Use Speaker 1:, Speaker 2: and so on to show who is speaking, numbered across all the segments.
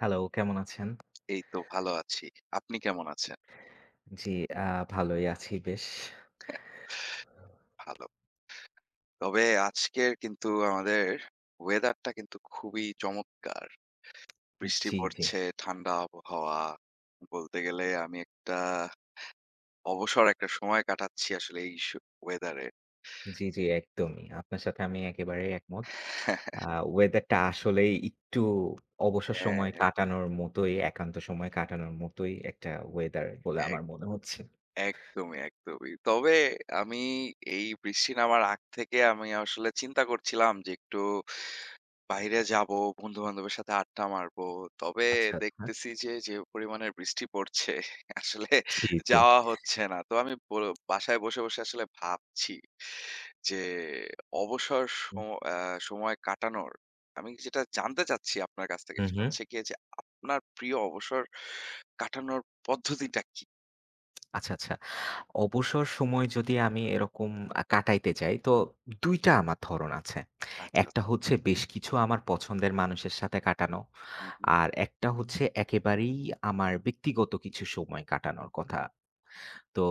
Speaker 1: Hello, কেমন আছেন?
Speaker 2: এই তো ভালো আছি। আপনি কেমন আছেন?
Speaker 1: জি, আ ভালোই আছি বেশ।
Speaker 2: ভালো। তবে আজকের কিন্তু আমাদের ওয়েদারটা কিন্তু খুবই চমৎকার। বৃষ্টি
Speaker 1: জি, জি।
Speaker 2: পড়ছে, ঠান্ডা আবহাওয়া। বলতে গেলে আমি একটা অবসর একটা সময় কাটাচ্ছি আসলে এই ওয়েদারে।
Speaker 1: জি, জি, একদমই। আপনার সাথে আমি একেবারেই একমত। আ ওয়েদারটা আসলেই একটু অবসর সময়
Speaker 2: হ্যাঁ,
Speaker 1: কাটানোর মতোই, একান্ত সময় কাটানোর মতোই একটা ওয়েদার বলে
Speaker 2: এক
Speaker 1: আমার মনে হচ্ছে।
Speaker 2: একদমই, একদমই। তবে আমি এই বৃষ্টি নামার আগ থেকে আমি আসলে চিন্তা করছিলাম যে একটু বাইরে যাব, বন্ধু-বান্ধবের সাথে আড্ডা মারব। তবে
Speaker 1: আচ্ছা, আচ্ছা।
Speaker 2: দেখতেছি যে, যে পরিমাণের বৃষ্টি পড়ছে আসলে
Speaker 1: জি, জি।
Speaker 2: যাওয়া হচ্ছে না। তো আমি বাসায় বসে আসলে ভাবছি যে অবসর সম আ সময় কাটানোর আমি যেটা জানতে চাচ্ছি আপনার কাছ থেকে
Speaker 1: হু,
Speaker 2: সেটা
Speaker 1: হু।
Speaker 2: হচ্ছে গিয়ে যে, আপনার প্রিয় অবসর কাটানোর পদ্ধতিটা কি?
Speaker 1: আচ্ছা, আচ্ছা। অবসর সময় যদি আমি এরকম কাটাইতে চাই, তো ২ টা আমার ধরণ আছে।
Speaker 2: আচ্ছা, আচ্ছা।
Speaker 1: একটা হচ্ছে বেশ কিছু আমার পছন্দের মানুষের সাথে কাটানো।
Speaker 2: হুম, হুম।
Speaker 1: আর একটা হচ্ছে একেবারেই আমার ব্যক্তিগত কিছু সময় কাটানোর কথা। তো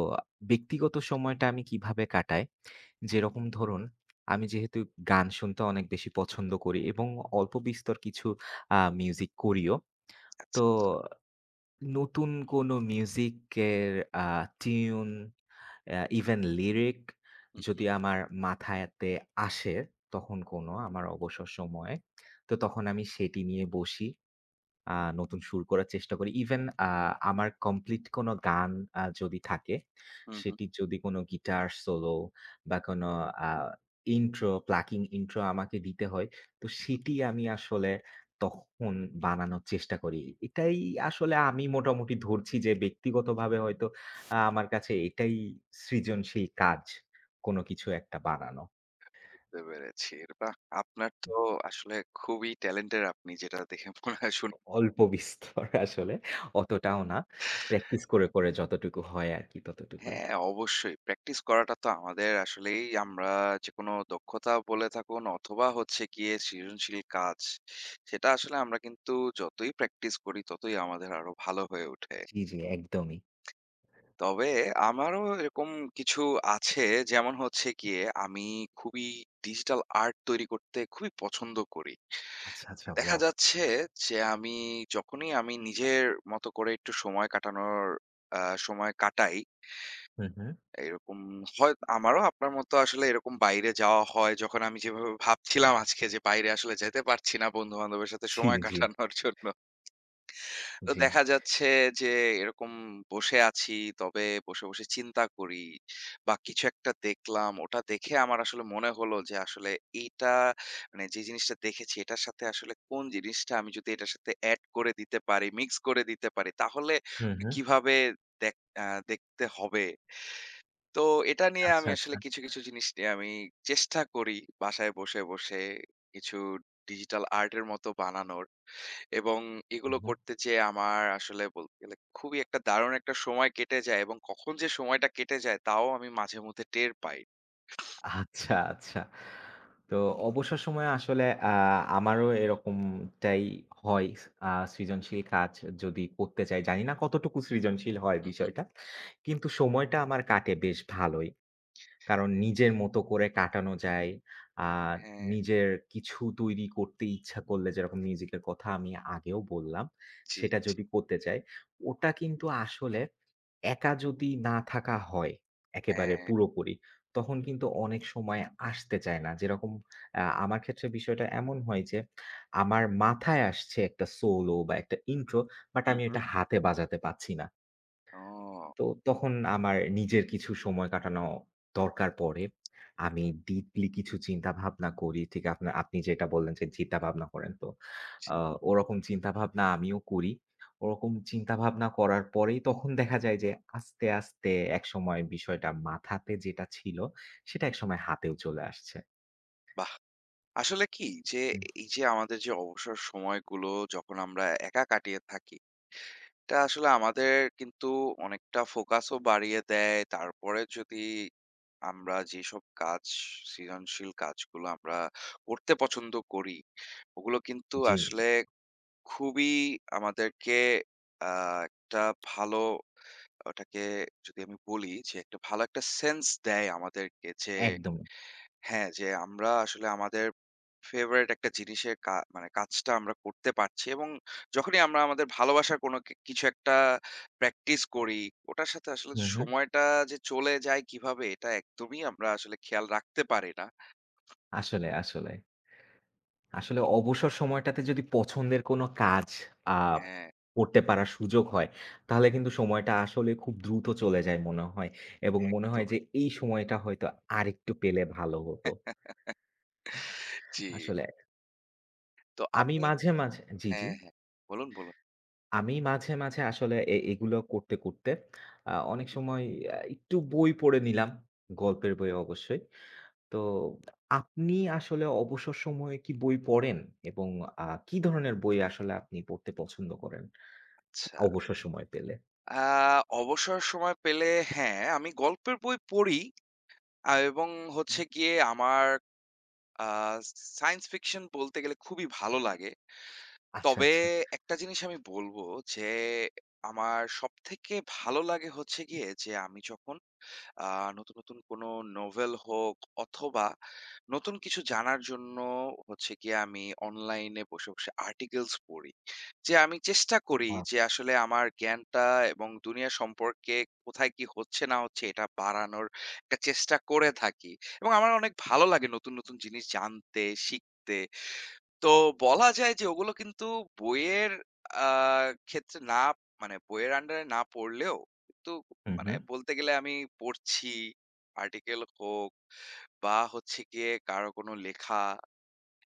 Speaker 1: ব্যক্তিগত সময়টা আমি কিভাবে কাটাই? যেরকম ধরুন, আমি যেহেতু গান শুনতে অনেক বেশি পছন্দ করি এবং অল্প বিস্তর কিছু মিউজিক করিও।
Speaker 2: আচ্ছা।
Speaker 1: তো নতুন কোনো মিউজিকের আ টিউন ইভেন লিরিক
Speaker 2: হুম,
Speaker 1: যদি আমার মাথায়তে আসে তখন কোনো আমার অবসর সময়ে, তো তখন আমি সেটি নিয়ে বসি। আ নতুন সুর করার চেষ্টা করি। ইভেন আমার কমপ্লিট কোনো গান যদি থাকে,
Speaker 2: হুম, হুম।
Speaker 1: সেটি যদি কোনো গিটার সোলো বা কোনো আ ইন্ট্রো, প্লাকিং ইন্ট্রো আমাকে দিতে হয়, তো সেটি আমি আসলে তখন বানানোর চেষ্টা করি। এটাই আসলে আমি মোটামুটি ধরছি যে ব্যক্তিগতভাবে হয়তো আমার কাছে এটাই সৃজনশীল কাজ। কোনো কিছু একটা বানানো।
Speaker 2: বুঝতে পেরেছি। বাহ! আপনার তো আসলে খুবই ট্যালেন্টেড আপনি যেটা দেখে মনে হয় শুনে
Speaker 1: অল্প বিস্তর আসলে, অতটাও না। প্র্যাকটিস করে, করে যতটুকু হয় আরকি ততটুকুই।
Speaker 2: হ্যাঁ, অবশ্যই। প্র্যাকটিস করাটা তো আমাদের আসলেই আমরা যেকোনো দক্ষতা বলে থাকুন অথবা হচ্ছে গিয়ে সৃজনশীল কাজ, সেটা আসলে আমরা কিন্তু যতই প্র্যাকটিস করি ততই আমাদের আরো ভালো হয়ে ওঠে।
Speaker 1: জি, জি, একদমই।
Speaker 2: তবে আমারও এরকম কিছু আছে যেমন হচ্ছে গিয়ে আমি খুবই ডিজিটাল আর্ট তৈরি করতে খুবই পছন্দ করি।
Speaker 1: আচ্ছা, আচ্ছা,
Speaker 2: দেখা
Speaker 1: ওয়াও!
Speaker 2: যাচ্ছে যে আমি যখনই আমি নিজের মতো করে একটু সময় কাটানোর আ সময় কাটাই
Speaker 1: হুম, হুম।
Speaker 2: এরকম হয় আমারও আপনার মতো আসলে এরকম বাইরে যাওয়া হয় যখন আমি যেভাবে ভাবছিলাম আজকে যে বাইরে আসলে যেতে পারছি না বন্ধু বান্ধবের সাথে
Speaker 1: জি,
Speaker 2: সময়
Speaker 1: জি,
Speaker 2: কাটানোর জন্য তো
Speaker 1: জি।
Speaker 2: দেখা যাচ্ছে যে এরকম বসে আছি তবে বসে বসে চিন্তা করি বা কিছু একটা দেখলাম ওটা দেখে আমার আসলে মনে হলো যে আসলে এইটা মানে যে জিনিসটা দেখেছি এটার সাথে আসলে কোন জিনিসটা আমি যদি এটার সাথে অ্যাড করে দিতে পারি মিক্স করে দিতে পারি তাহলে
Speaker 1: হুম, হুম।
Speaker 2: কিভাবে দেখ আহ, দেখতে হবে তো এটা নিয়ে
Speaker 1: আচ্ছা,
Speaker 2: আমি
Speaker 1: আচ্ছা।
Speaker 2: আসলে কিছু জিনিস নিয়ে আমি চেষ্টা করি বাসায় বসে কিছু ডিজিটাল আর্ট এর মতো বানানোর এবং
Speaker 1: হুম,
Speaker 2: এগুলো
Speaker 1: হুম।
Speaker 2: করতে যেয়ে আমার আসলে বলতে গেলে খুবই একটা দারুণ একটা সময় কেটে যায় এবং কখন যে সময়টা কেটে যায় তাও আমি মাঝে মধ্যে টের পাই।
Speaker 1: আচ্ছা, আচ্ছা। তো অবসর সময়ে আসলে আ আমারও এরকমটাই হয়। সৃজনশীল কাজ যদি করতে চাই, জানি না কতটুকু সৃজনশীল হয়
Speaker 2: হুম, হুম।
Speaker 1: বিষয়টা। কিন্তু সময়টা আমার কাটে বেশ ভালোই। কারণ নিজের মতো করে কাটানো যায়। আ
Speaker 2: হ্যাঁ,
Speaker 1: নিজের কিছু তৈরি করতে ইচ্ছা করলে যেরকম মিউজিকের কথা আমি আগেও বললাম,
Speaker 2: জি,
Speaker 1: সেটা
Speaker 2: জি।
Speaker 1: যদি করতে চাই, ওটা কিন্তু আসলে একা যদি না থাকা হয় একেবারে
Speaker 2: হ্যাঁ।
Speaker 1: পুরোপুরি, তখন কিন্তু অনেক সময় আসতে চায় না। যেরকম আমার ক্ষেত্রে বিষয়টা এমন হয় যে, আমার মাথায় আসছে একটা সোলো বা একটা ইন্ট্রো, বাট
Speaker 2: হুম,
Speaker 1: আমি
Speaker 2: হুম।
Speaker 1: এটা হাতে বাজাতে পারছি না।
Speaker 2: ও!
Speaker 1: তো তখন আমার নিজের কিছু সময় কাটানো দরকার পড়ে। আমি ডিপলি কিছু চিন্তাভাবনা করি। ঠিক আপনা আপনি যেটা বললেন যে
Speaker 2: হুম,
Speaker 1: চিন্তাভাবনা করেন। তো
Speaker 2: জি,
Speaker 1: আ ওরকম চিন্তাভাবনা আমিও করি। ওরকম চিন্তাভাবনা করার পরেই তখন দেখা যায় যে আস্তে, আস্তে একসময় বিষয়টা মাথাতে যেটা ছিল সেটা
Speaker 2: হুম।
Speaker 1: একসময় হাতেও চলে আসছে।
Speaker 2: বাহ! আসলে কি যে
Speaker 1: হুম,
Speaker 2: এই যে আমাদের যে অবসর সময়গুলো যখন আমরা একা কাটিয়ে থাকি এটা আসলে আমাদের কিন্তু অনেকটা ফোকাসও বাড়িয়ে দেয়। তারপরে যদি আমরা যেসব কাজ, সৃজনশীল কাজগুলো আমরা করতে পছন্দ করি, ওগুলো কিন্তু
Speaker 1: জি, জি।
Speaker 2: আসলে খুবই আমাদেরকে আ একটা ভালো ওটাকে যদি আমি বলি যে, একটা ভালো একটা সেন্স দেয় আমাদেরকে যে
Speaker 1: একদমই।
Speaker 2: হ্যাঁ, যে আমরা আসলে আমাদের ফেভারাইট একটা জিনিসের মানে কাজটা আমরা করতে পারছি এবং যখনই আমরা আমাদের ভালোবাসার কোনো কিছু একটা প্র্যাকটিস করি, ওটার সাথে আসলে
Speaker 1: হুম, হুম।
Speaker 2: সময়টা যে চলে যায় কিভাবে এটা একদমই আমরা আসলে খেয়াল রাখতে পারি না।
Speaker 1: আসলে, আসলে। আসলে অবসর সময়টাতে যদি পছন্দের কোনো কাজ আ
Speaker 2: হ্যাঁ,
Speaker 1: করতে পারার সুযোগ হয়, তাহলে কিন্তু সময়টা আসলে খুব দ্রুত চলে যায় মনে হয়। এবং মনে হয় যে
Speaker 2: একদমই।
Speaker 1: এই সময়টা হয়তো আরেকটু পেলে ভালো হতো।
Speaker 2: জি।
Speaker 1: আসলে
Speaker 2: তো
Speaker 1: আমি
Speaker 2: আপনি
Speaker 1: মাঝে, মাঝে জি, জি।
Speaker 2: হ্যাঁ, হ্যাঁ। বলুন, বলুন।
Speaker 1: আমি মাঝে, মাঝে আসলে এগুলো করতে, করতে অনেক সময় একটু বই পড়ে নিলাম, গল্পের বই অবশ্যই। তো আপনি আসলে অবসর সময়ে কি বই পড়েন? এবং কি ধরনের বই আসলে আপনি পড়তে পছন্দ করেন?
Speaker 2: আচ্ছা।
Speaker 1: অবসর সময় পেলে।
Speaker 2: আ অবসর সময় পেলে হ্যাঁ, আমি গল্পের বই পড়ি এবং
Speaker 1: হুম।
Speaker 2: হচ্ছে গিয়ে আমার আ সায়েন্স ফিকশন বলতে গেলে খুবই ভালো লাগে।
Speaker 1: আচ্ছা,
Speaker 2: তবে
Speaker 1: আচ্ছা।
Speaker 2: একটা জিনিস আমি বলব যে, আমার সবথেকে ভালো লাগে হচ্ছে গিয়ে যে, আমি যখন আ নতুন কোনো নোভেল হোক অথবা নতুন কিছু জানার জন্য হচ্ছে গিয়ে আমি অনলাইনে বসে আর্টিকেলস পড়ি। যে আমি চেষ্টা করি
Speaker 1: আ
Speaker 2: যে আসলে আমার জ্ঞানটা এবং দুনিয়া সম্পর্কে কোথায় কি হচ্ছে না হচ্ছে এটা বাড়ানোর একটা চেষ্টা করে থাকি। এবং আমার অনেক ভালো লাগে নতুন জিনিস জানতে, শিখতে। তো বলা যায় যে ওগুলো কিন্তু বইয়ের আ ক্ষেত্রে না মানে বইয়ের আন্ডারে না পড়লেও কিন্তু
Speaker 1: হুম,
Speaker 2: মানে
Speaker 1: হুম।
Speaker 2: বলতে গেলে আমি পড়ছি। আর্টিকেল হোক বা হচ্ছে গিয়ে কারো কোনো লেখা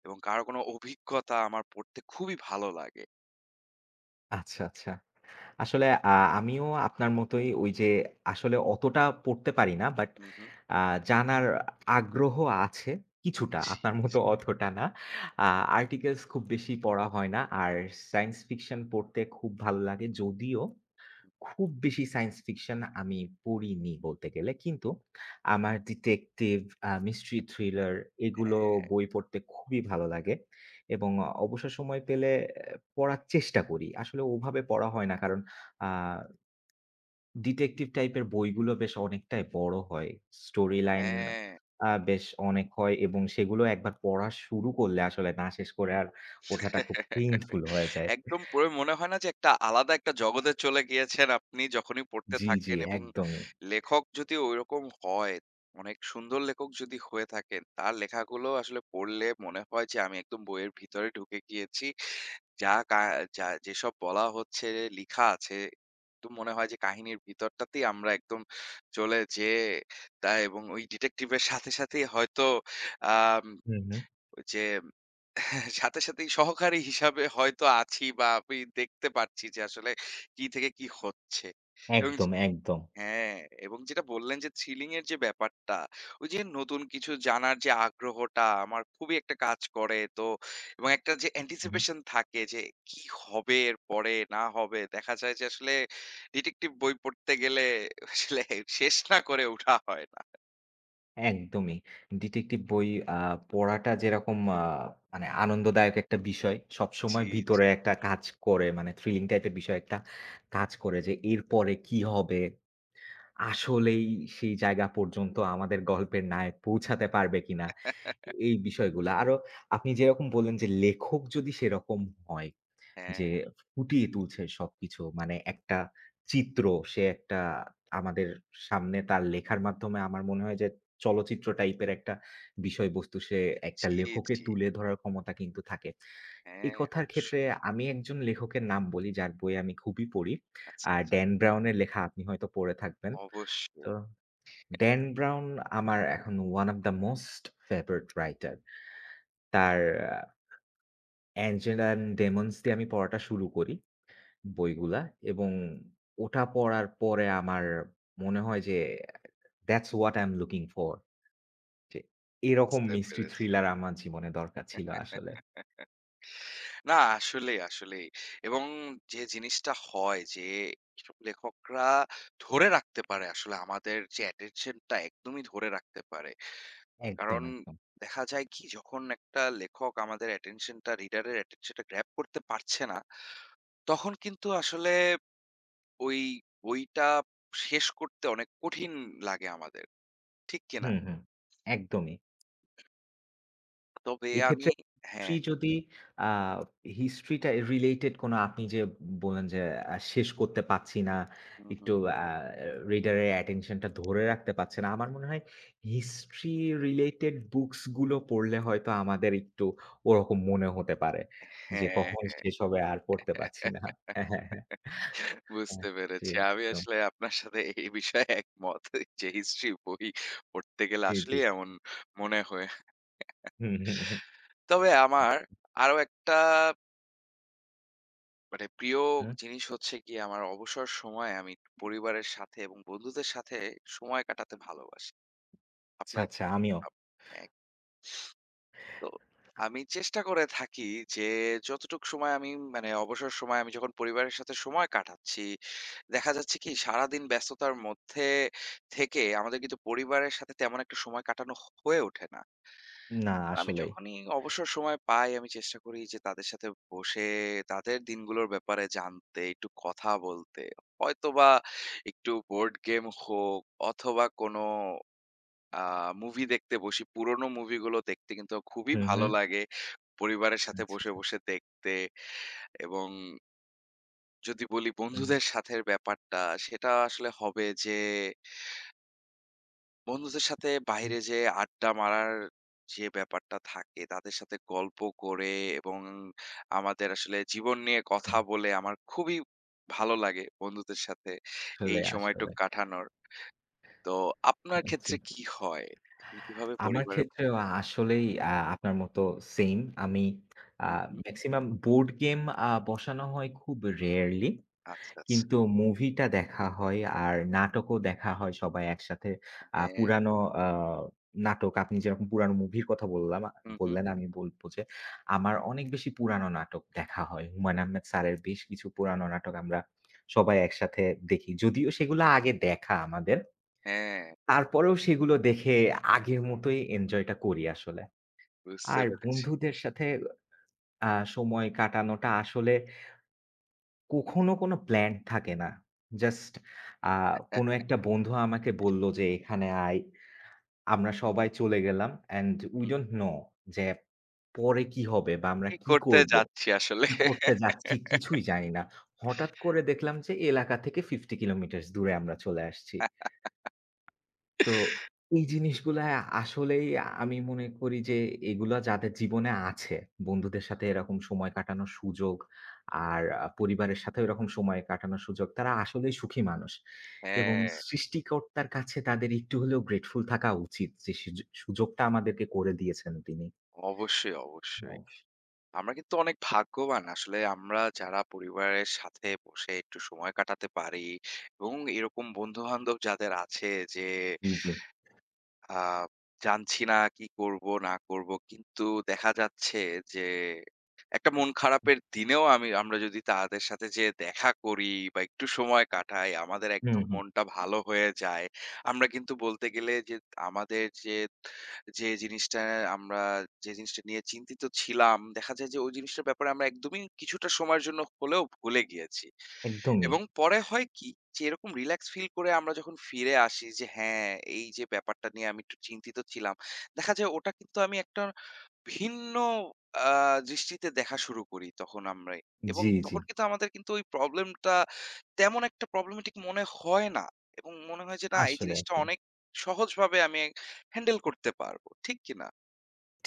Speaker 2: এবং কারো কোনো অভিজ্ঞতা আমার পড়তে খুবই ভালো লাগে।
Speaker 1: আচ্ছা, আচ্ছা। আসলে আমিও আপনার মতোই ওই যে আসলে অতটা পড়তে পারি না। বাট
Speaker 2: হু, হু।
Speaker 1: আ জানার আগ্রহ আছে কিছুটা।
Speaker 2: জি,
Speaker 1: আপনার মতো অতটা না। আ আর্টিকেলস খুব বেশি পড়া হয় না। আর সায়েন্স ফিকশন পড়তে খুব ভালো লাগে যদিও খুব বেশি সায়েন্স ফিকশন আমি পড়িনি বলতে গেলে। কিন্তু আমার ডিটেকটিভ মিস্ট্রি থ্রিলার এগুলো
Speaker 2: হ্যাঁ,
Speaker 1: বই পড়তে খুবই ভালো লাগে এবং অবসর সময় পেলে পড়ার চেষ্টা করি। আসলে ওভাবে পড়া হয় না। কারণ আ ডিটেকটিভ টাইপের বইগুলো বেশ অনেকটাই বড় হয়। স্টোরি লাইন
Speaker 2: হ্যাঁ।
Speaker 1: বেশ অনেক হয় এবং সেগুলো একবার পড়া শুরু করলে আসলে না শেষ করে আর ওঠাটা খুব পেইনফুল হয়ে যায়।
Speaker 2: একদম পড়ে মনে হয় না যে একটা আলাদা একটা জগতে চলে গিয়েছেন আপনি যখনই পড়তে
Speaker 1: জি, জি,
Speaker 2: থাকেন এবং
Speaker 1: একদমই।
Speaker 2: লেখক যদি ঐরকম হয়, অনেক সুন্দর লেখক যদি হয়ে থাকেন, তার লেখাগুলো আসলে পড়লে মনে হয় যে আমি একদম বইয়ের ভিতরে ঢুকে গিয়েছি। যা কা যা যেসব বলা হচ্ছে, লিখা আছে, একদম মনে হয় যে কাহিনীর ভিতরটাতেই আমরা একদম চলে যেয়ে এবং ওই ডিটেকটিভ এর সাথেই হয়তো আম
Speaker 1: হুম, হুম।
Speaker 2: যে সাথেই সহকারী হিসাবে হয়তো আছি বা আমি দেখতে পাচ্ছি যে আসলে কি থেকে কি হচ্ছে এবং যে
Speaker 1: একদম, একদম।
Speaker 2: হ্যাঁ, এবং যেটা বললেন যে থ্রিলিং এর যে ব্যাপারটা, ওই যে নতুন কিছু জানার যে আগ্রহটা আমার খুবই একটা কাজ করে। তো এবং একটা যে
Speaker 1: হুম, হুম।
Speaker 2: anticipation থাকে যে কি হবে এরপরে, না হবে। দেখা যায় যে আসলে ডিটেকটিভ বই পড়তে গেলে আসলে শেষ না করে উঠা হয় না।
Speaker 1: একদমই। ডিটেকটিভ বই আ পড়াটা যেরকম মানে আনন্দদায়ক একটা বিষয়।
Speaker 2: জি,
Speaker 1: সবসময়
Speaker 2: জি।
Speaker 1: ভিতরে একটা কাজ করে মানে থ্রিলিং টাইপের বিষয় একটা কাজ করে যে এরপরে কি হবে? আসলেই সেই জায়গা পর্যন্ত আমাদের গল্পের নায়ক পৌঁছাতে পারবে কিনা? এই বিষয়গুলা। আরো আপনি যেরকম বললেন যে লেখক যদি সেরকম হয়
Speaker 2: হ্যাঁ,
Speaker 1: যে ফুটিয়ে তুলছে সবকিছু। মানে একটা চিত্র সে একটা আমাদের সামনে তার লেখার মাধ্যমে আমার মনে হয় যে চলচ্চিত্র টাইপের একটা বিষয়বস্তু সে একটা
Speaker 2: জি,
Speaker 1: লেখকের
Speaker 2: জি।
Speaker 1: তুলে ধরার ক্ষমতা কিন্তু থাকে। এ
Speaker 2: হ্যাঁ,
Speaker 1: কথার ক্ষেত্রে
Speaker 2: অবশ্যই।
Speaker 1: আমি একজন লেখকের নাম বলি যার বই আমি খুবই পড়ি।
Speaker 2: আচ্ছা,
Speaker 1: আর
Speaker 2: আচ্ছা।
Speaker 1: ড্যান ব্রাউন এর লেখা আপনি হয়তো পড়ে থাকবেন।
Speaker 2: অবশ্যই।
Speaker 1: তো ড্যান ব্রাউন আমার এখন one of the most favorite writer. তার অ্যাঞ্জেলা and ডেমন্স দিয়ে আমি পড়াটা শুরু করি। বইগুলা এবং ওটা পড়ার পরে আমার মনে হয় যে that's what I am looking for. যে এরকম
Speaker 2: বুঝতে
Speaker 1: মিস্ট্রি
Speaker 2: পেরেছি।
Speaker 1: থ্রিলার আমার জীবনে দরকার ছিল আসলে।
Speaker 2: না আসলেই, আসলেই। এবং যে জিনিসটা হয় যে এসব লেখকরা ধরে রাখতে পারে আসলে আমাদের যে attention টা একদমই ধরে রাখতে পারে।
Speaker 1: একদম,
Speaker 2: কারণ
Speaker 1: একদম।
Speaker 2: দেখা যায় কি যখন একটা লেখক আমাদের attention টা reader এর attention টা grab করতে পারছে না, তখন কিন্তু আসলে ওই বইটা শেষ করতে অনেক কঠিন লাগে আমাদের। ঠিক কিনা?
Speaker 1: হুম, হুম। একদমই।
Speaker 2: তবে আমি
Speaker 1: এক্ষেত্রে
Speaker 2: হ্যাঁ,
Speaker 1: হিস্ট্রি যদি আ হিস্ট্রিটা রিলেটেড কোনো আপনি যে বললেন যে শেষ করতে পারছি না,
Speaker 2: হুম, হুম।
Speaker 1: একটু আ রিডারের অ্যাটেনশন টা ধরে রাখতে পারছে না। আমার মনে হয় হিস্ট্রি রিলেটেড বুকস গুলো পড়লে হয়তো আমাদের একটু ওরকম মনে হতে পারে যে কখন শেষ হবে আর পড়তে পারছি না।
Speaker 2: হ্যাঁ।
Speaker 1: হ্যাঁ, হ্যাঁ, হ্যাঁ, হ্যাঁ।
Speaker 2: বুঝতে
Speaker 1: জি,
Speaker 2: পেরেছি। আমি
Speaker 1: একদম।
Speaker 2: আসলে আপনার সাথে এই বিষয়ে একমত যে হিস্ট্রি বই পড়তে গেলে
Speaker 1: জি, জি।
Speaker 2: আসলেই এমন মনে হয়।
Speaker 1: হুম, হুম, হুম,
Speaker 2: তবে আমার আরো একটা মানে প্রিয়
Speaker 1: হুম।
Speaker 2: জিনিস হচ্ছে গিয়ে আমার অবসর সময়ে আমি পরিবারের সাথে এবং বন্ধুদের সাথে সময় কাটাতে ভালোবাসি।
Speaker 1: আচ্ছা,
Speaker 2: আপনার কি
Speaker 1: আচ্ছা আমিও।
Speaker 2: ভাব? হ্যাঁ। তো আমি চেষ্টা করে থাকি যে যতটুক সময় আমি মানে অবসর সময় আমি যখন পরিবারের সাথে সময় কাটাচ্ছি দেখা যাচ্ছে কি সারাদিন ব্যস্ততার মধ্যে থেকে আমাদের কিন্তু পরিবারের সাথে তেমন একটা সময় কাটানো হয়ে ওঠে না
Speaker 1: না
Speaker 2: তো আমি
Speaker 1: আসলেই।
Speaker 2: যখনই অবসর সময় পাই আমি চেষ্টা করি যে তাদের সাথে বসে তাদের দিনগুলোর ব্যাপারে জানতে একটু কথা বলতে হয়তোবা একটু বোর্ড গেম হোক অথবা কোনো আ মুভি দেখতে বসি। পুরনো মুভিগুলো দেখতে কিন্তু খুবই
Speaker 1: হুম,
Speaker 2: ভালো
Speaker 1: হুম।
Speaker 2: লাগে। পরিবারের সাথে
Speaker 1: আচ্ছা,
Speaker 2: বসে,
Speaker 1: আচ্ছা।
Speaker 2: বসে দেখতে এবং যদি বলি
Speaker 1: হুম,
Speaker 2: বন্ধুদের সাথের ব্যাপারটা, সেটা আসলে হবে যে বন্ধুদের সাথে
Speaker 1: হুম,
Speaker 2: বাইরে যেয়ে আড্ডা মারার যে ব্যাপারটা থাকে, তাদের সাথে গল্প করে এবং আমাদের আসলে জীবন নিয়ে কথা
Speaker 1: হুম।
Speaker 2: বলে আমার খুবই ভালো লাগে বন্ধুদের সাথে এই
Speaker 1: আসলে, আসলে।
Speaker 2: সময়টুক কাটানোর। তো আপনার
Speaker 1: আচ্ছা।
Speaker 2: ক্ষেত্রে কি হয়? আপনি কিভাবে
Speaker 1: আমার
Speaker 2: পরিবারের
Speaker 1: ক্ষেত্রেও আসলেই আপনার মতো সেইম। আমি আ
Speaker 2: হুম, হুম।
Speaker 1: মেক্সিমাম বোর্ড গেম বসানো হয় খুব রেয়ারলি।
Speaker 2: আচ্ছা, আচ্ছা।
Speaker 1: কিন্তু মুভিটা দেখা হয় আর নাটকও দেখা হয় সবাই একসাথে।
Speaker 2: হ্যাঁ,
Speaker 1: পুরানো আ নাটক আপনি যেরকম পুরানো মুভির কথা বললাম
Speaker 2: হুম, হুম।
Speaker 1: বললেন আমি বলব যে আমার অনেক বেশি পুরানো নাটক দেখা হয়। হুমায়ূন আহমেদ স্যারের বেশ কিছু পুরানো নাটক আমরা সবাই একসাথে দেখি। যদিও সেগুলো আগে দেখা আমাদের।
Speaker 2: হ্যাঁ,
Speaker 1: তারপরেও সেগুলো দেখে আগের মতোই এনজয়টা করি আসলে।
Speaker 2: বুঝতে
Speaker 1: আর
Speaker 2: পেরেছি।
Speaker 1: বন্ধুদের সাথে সময় কাটানোটা আসলে কখনো কোনো প্ল্যান থাকে না। জাস্ট আ
Speaker 2: হুম,
Speaker 1: কোনো একটা বন্ধু আমাকে বলল যে, "এখানে আয়।" আমরা সবাই চলে গেলাম অ্যান্ড উই
Speaker 2: হুম।
Speaker 1: ডোন্ট নো যে পরে কি হবে বা আমরা
Speaker 2: কি
Speaker 1: কি
Speaker 2: করতে
Speaker 1: করব,
Speaker 2: যাচ্ছি আসলে।
Speaker 1: কি করতে যাচ্ছি কিছুই জানি না। হঠাৎ করে দেখলাম যে এলাকা থেকে 50 কিলোমিটারস দূরে আমরা চলে আসছি। তো এই জিনিসগুলা আসলেই আমি মনে করি যে এগুলা যাদের জীবনে আছে, বন্ধুদের সাথে এরকম সময় কাটানোর সুযোগ আর পরিবারের সাথেও এরকম সময় কাটানোর সুযোগ, তারা আসলেই সুখী মানুষ। এবং
Speaker 2: হ্যাঁ,
Speaker 1: সৃষ্টিকর্তার কাছে তাদের একটু হলেও গ্রেটফুল থাকা উচিত যে সুযোগটা আমাদেরকে করে দিয়েছেন তিনি।
Speaker 2: অবশ্যই, অবশ্যই।
Speaker 1: অবশ্যই।
Speaker 2: আমরা কিন্তু অনেক ভাগ্যবান আসলে আমরা যারা পরিবারের সাথে বসে একটু সময় কাটাতে পারি এবং এরকম বন্ধু-বান্ধব যাদের আছে যে
Speaker 1: জি।
Speaker 2: আ জানছি না কি করব না করব। কিন্তু দেখা যাচ্ছে যে একটা মন
Speaker 1: জি
Speaker 2: খারাপের দিনেও আমি আমরা যদি তাদের সাথে যেয়ে দেখা করি বা একটু সময় কাটাই, আমাদের
Speaker 1: হুম,
Speaker 2: একদম
Speaker 1: হুম।
Speaker 2: মনটা ভালো হয়ে যায়। আমরা কিন্তু বলতে গেলে যে আমাদের যে জিনিসটা আমরা যে জিনিসটা নিয়ে চিন্তিত ছিলাম, দেখা যায় যে ওই জিনিসটার ব্যাপারে আমরা একদমই কিছুটা সময়ের জন্য হলেও ভুলে গিয়েছি।
Speaker 1: একদমই।
Speaker 2: এবং পরে হয় কি? যে এরকম রিল্যাক্স ফিল করে আমরা যখন ফিরে আসি যে হ্যাঁ, এই যে ব্যাপারটা নিয়ে আমি একটু চিন্তিত ছিলাম। দেখা যায় ওটা কিন্তু আমি একটা ভিন্ন আ দৃষ্টিতে দেখা শুরু করি তখন আমরাই। এবং
Speaker 1: জি, জি।
Speaker 2: তখন কিন্তু আমাদের কিন্তু ওই প্রবলেমটা তেমন একটা প্রবলেমেটিক মনে হয় না। এবং মনে হয় যে না এই
Speaker 1: আসলে,
Speaker 2: জিনিসটা
Speaker 1: আসলে।
Speaker 2: অনেক সহজভাবে আমি হ্যান্ডেল করতে পারবো। ঠিক কিনা?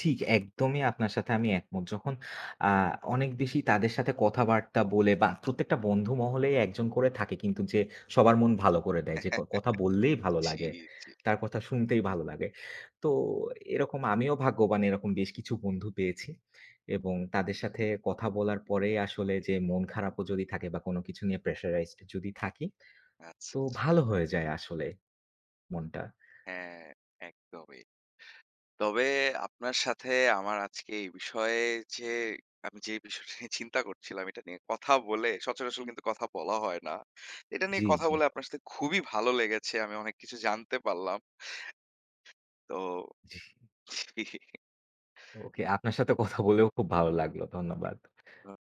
Speaker 1: ঠিক একদমই আপনার সাথে আমি একমত। যখন আ অনেক বেশি তাদের সাথে কথাবার্তা বলে বা প্রত্যেকটা বন্ধু মহলেই একজন করে থাকে কিন্তু যে সবার মন ভালো করে দেয়। যে ক কথা বললেই ভালো
Speaker 2: জি,
Speaker 1: লাগে।
Speaker 2: জি।
Speaker 1: তার কথা শুনতেই ভালো লাগে। তো এরকম আমিও ভাগ্যবান এরকম বেশ কিছু বন্ধু পেয়েছি। এবং তাদের সাথে কথা বলার পরে আসলে যে মন খারাপও যদি থাকে বা কোনো কিছু নিয়ে প্রেশারাইজড যদি থাকি,
Speaker 2: আচ্ছা,
Speaker 1: তো
Speaker 2: আচ্ছা।
Speaker 1: ভালো হয়ে যায় আসলে মনটা।
Speaker 2: হ্যাঁ, একদমই। তবে আপনার সাথে আমার আজকে এই বিষয়ে যে আমি যে বিষয়টা নিয়ে চিন্তা করছিলাম এটা নিয়ে কথা বলে সচরাচর কিন্তু কথা বলা হয় না। এটা নিয়ে
Speaker 1: জি,
Speaker 2: কথা
Speaker 1: জি,
Speaker 2: বলে আপনার সাথে খুবই ভালো লেগেছে। আমি অনেক কিছু জানতে পারলাম। তো
Speaker 1: জি। ওকে, আপনার সাথে কথা বলেও খুব ভালো লাগলো। ধন্যবাদ।